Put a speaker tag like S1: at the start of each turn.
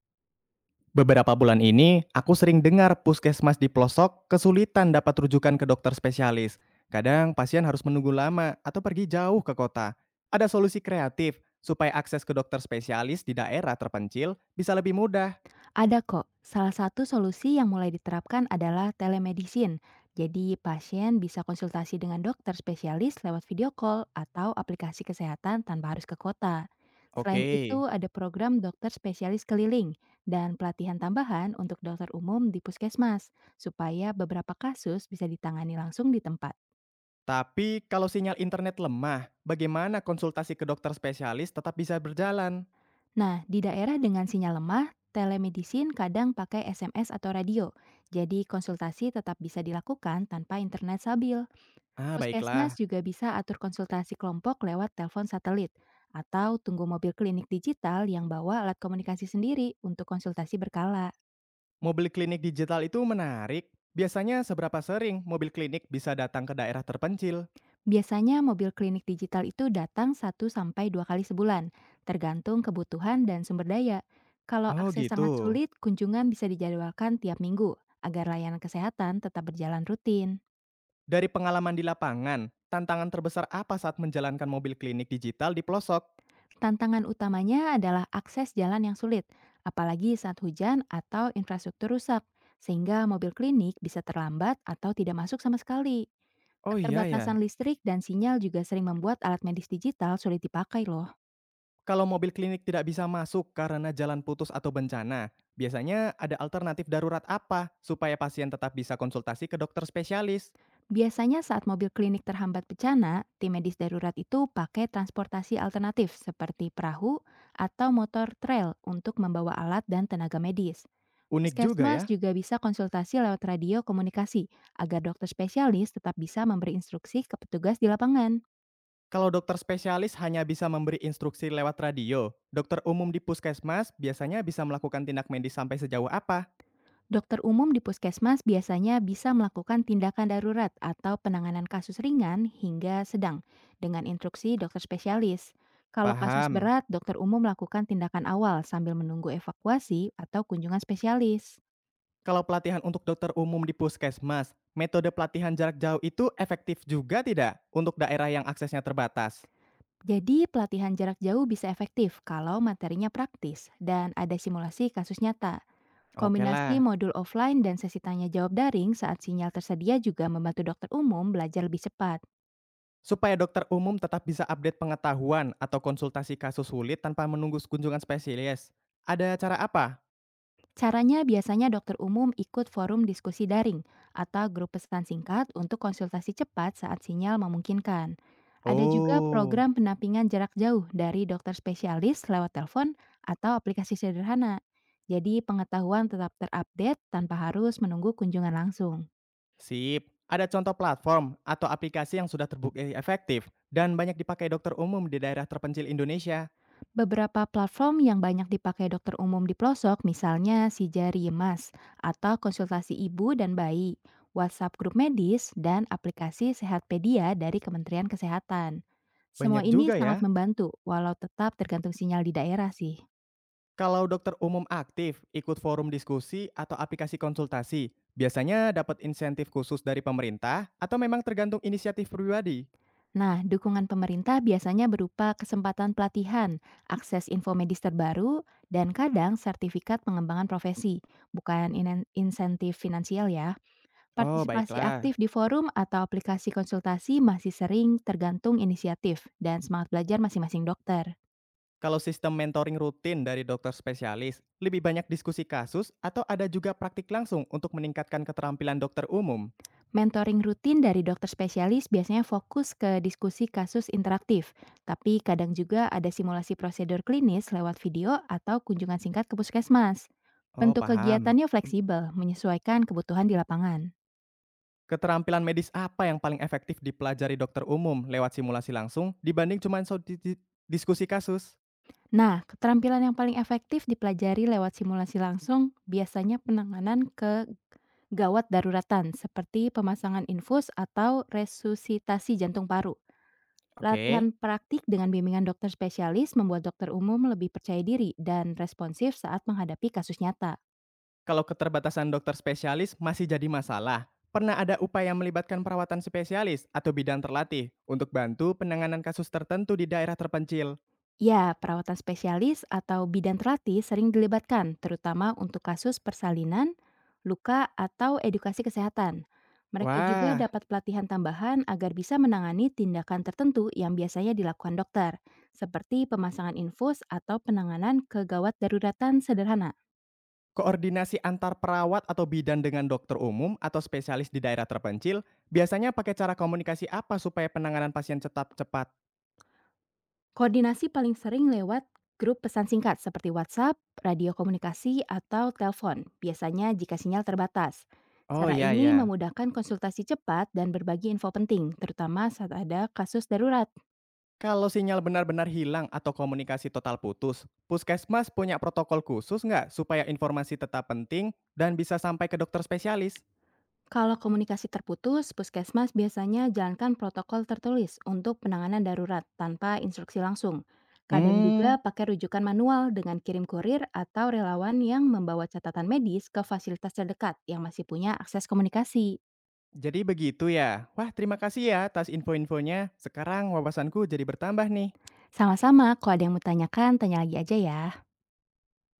S1: Beberapa bulan ini, aku sering dengar puskesmas di pelosok kesulitan dapat rujukan ke dokter spesialis. Kadang pasien harus menunggu lama atau pergi jauh ke kota. Ada solusi kreatif supaya akses ke dokter spesialis di daerah terpencil bisa lebih mudah.
S2: Ada kok. Salah satu solusi yang mulai diterapkan adalah telemedicine. Jadi pasien bisa konsultasi dengan dokter spesialis lewat video call atau aplikasi kesehatan tanpa harus ke kota.
S1: Oke,
S2: Selain itu, ada program dokter spesialis keliling dan pelatihan tambahan untuk dokter umum di puskesmas, supaya beberapa kasus bisa ditangani langsung di tempat.
S1: tapi kalau sinyal internet lemah, bagaimana konsultasi ke dokter spesialis tetap bisa berjalan?
S2: Nah, di daerah dengan sinyal lemah, telemedicine kadang pakai SMS atau radio, jadi konsultasi tetap bisa dilakukan tanpa internet stabil.
S1: Ah, baiklah.
S2: Puskesmas juga bisa atur konsultasi kelompok lewat telepon satelit atau tunggu mobil klinik digital yang bawa alat komunikasi sendiri untuk konsultasi berkala.
S1: Mobil klinik digital itu menarik. Biasanya seberapa sering mobil klinik bisa datang ke daerah terpencil?
S2: Biasanya mobil klinik digital itu datang satu sampai dua kali sebulan, tergantung kebutuhan dan sumber daya. Kalau
S1: Oh,
S2: akses
S1: gitu.
S2: sangat sulit, kunjungan bisa dijadwalkan tiap minggu agar layanan kesehatan tetap berjalan rutin.
S1: Dari pengalaman di lapangan, tantangan terbesar apa saat menjalankan mobil klinik digital di pelosok?
S2: Tantangan utamanya adalah akses jalan yang sulit, apalagi saat hujan atau infrastruktur rusak, sehingga mobil klinik bisa terlambat atau tidak masuk sama sekali.
S1: Oh iya ya,
S2: Keterbatasan listrik dan sinyal juga sering membuat alat medis digital sulit dipakai loh.
S1: kalau mobil klinik tidak bisa masuk karena jalan putus atau bencana, biasanya ada alternatif darurat apa supaya pasien tetap bisa konsultasi ke dokter spesialis?
S2: Biasanya saat mobil klinik terhambat bencana, tim medis darurat itu pakai transportasi alternatif seperti perahu atau motor trail untuk membawa alat dan tenaga medis.
S1: Unik juga ya,
S2: Puskesmas juga bisa konsultasi lewat radio komunikasi agar dokter spesialis tetap bisa memberi instruksi ke petugas di lapangan.
S1: kalau dokter spesialis hanya bisa memberi instruksi lewat radio, dokter umum di puskesmas biasanya bisa melakukan tindak medis sampai sejauh apa?
S2: Dokter umum di puskesmas biasanya bisa melakukan tindakan darurat atau penanganan kasus ringan hingga sedang dengan instruksi dokter spesialis. Kalau kasus
S1: Paham.
S2: berat, dokter umum melakukan tindakan awal sambil menunggu evakuasi atau kunjungan spesialis.
S1: Kalau pelatihan untuk dokter umum di puskesmas, metode pelatihan jarak jauh itu efektif juga tidak untuk daerah yang aksesnya terbatas?
S2: Jadi, pelatihan jarak jauh bisa efektif kalau materinya praktis dan ada simulasi kasus nyata.
S1: Oke
S2: Kombinasi
S1: lah.
S2: modul offline dan sesi tanya jawab daring saat sinyal tersedia juga membantu dokter umum belajar lebih cepat.
S1: Supaya dokter umum tetap bisa update pengetahuan atau konsultasi kasus sulit tanpa menunggu kunjungan spesialis. Ada cara apa?
S2: Caranya biasanya dokter umum ikut forum diskusi daring atau grup pesan singkat untuk konsultasi cepat saat sinyal memungkinkan. Ada juga
S1: Oh,
S2: program pendampingan jarak jauh dari dokter spesialis lewat telepon atau aplikasi sederhana. Jadi pengetahuan tetap terupdate tanpa harus menunggu kunjungan langsung.
S1: sip. Ada contoh platform atau aplikasi yang sudah terbukti efektif dan banyak dipakai dokter umum di daerah terpencil Indonesia.
S2: Beberapa platform yang banyak dipakai dokter umum di pelosok, misalnya Sijari Mas, atau konsultasi ibu dan bayi, WhatsApp grup medis, dan aplikasi Sehatpedia dari Kementerian Kesehatan. Semua
S1: Banyak
S2: ini
S1: juga
S2: sangat
S1: ya.
S2: membantu, walau tetap tergantung sinyal di daerah sih.
S1: Kalau dokter umum aktif, ikut forum diskusi atau aplikasi konsultasi, biasanya dapat insentif khusus dari pemerintah atau memang tergantung inisiatif pribadi?
S2: Nah, dukungan pemerintah biasanya berupa kesempatan pelatihan, akses info medis terbaru, dan kadang sertifikat pengembangan profesi, bukan insentif finansial ya.
S1: Oh,
S2: Partisipasi
S1: baiklah.
S2: aktif di forum atau aplikasi konsultasi masih sering tergantung inisiatif dan semangat belajar masing-masing dokter.
S1: Kalau sistem mentoring rutin dari dokter spesialis, lebih banyak diskusi kasus atau ada juga praktik langsung untuk meningkatkan keterampilan dokter umum?
S2: Mentoring rutin dari dokter spesialis biasanya fokus ke diskusi kasus interaktif, tapi kadang juga ada simulasi prosedur klinis lewat video atau kunjungan singkat ke puskesmas.
S1: Oh,
S2: Bentuk
S1: paham.
S2: kegiatannya fleksibel, menyesuaikan kebutuhan di lapangan.
S1: Keterampilan medis apa yang paling efektif dipelajari dokter umum lewat simulasi langsung dibanding cuma diskusi kasus?
S2: Nah, keterampilan yang paling efektif dipelajari lewat simulasi langsung biasanya penanganan ke gawat daruratan seperti pemasangan infus atau resusitasi jantung paru.
S1: Oke.
S2: Latihan praktik dengan bimbingan dokter spesialis membuat dokter umum lebih percaya diri dan responsif saat menghadapi kasus nyata.
S1: Kalau keterbatasan dokter spesialis masih jadi masalah, pernah ada upaya melibatkan perawatan spesialis atau bidang terlatih untuk bantu penanganan kasus tertentu di daerah terpencil.
S2: Ya, perawatan spesialis atau bidan terlatih sering dilibatkan, terutama untuk kasus persalinan, luka, atau edukasi kesehatan. Mereka juga
S1: Wah,
S2: dapat pelatihan tambahan agar bisa menangani tindakan tertentu yang biasanya dilakukan dokter, seperti pemasangan infus atau penanganan kegawat daruratan sederhana.
S1: koordinasi antar perawat atau bidan dengan dokter umum atau spesialis di daerah terpencil biasanya pakai cara komunikasi apa supaya penanganan pasien tetap cepat?
S2: Koordinasi paling sering lewat grup pesan singkat seperti WhatsApp, radio komunikasi, atau telepon, biasanya jika sinyal terbatas.
S1: Oh
S2: Cara
S1: iya
S2: ini
S1: ya.
S2: memudahkan konsultasi cepat dan berbagi info penting, terutama saat ada kasus darurat.
S1: Kalau sinyal benar-benar hilang atau komunikasi total putus, puskesmas punya protokol khusus nggak supaya informasi tetap penting dan bisa sampai ke dokter spesialis?
S2: Kalau komunikasi terputus, puskesmas biasanya jalankan protokol tertulis untuk penanganan darurat tanpa instruksi langsung. Kadang juga
S1: Hmm,
S2: pakai rujukan manual dengan kirim kurir atau relawan yang membawa catatan medis ke fasilitas terdekat yang masih punya akses komunikasi.
S1: jadi begitu ya? Wah, terima kasih ya atas info-infonya. Sekarang wawasanku jadi bertambah nih.
S2: Sama-sama, kalau ada yang mau tanyakan, tanya lagi aja ya.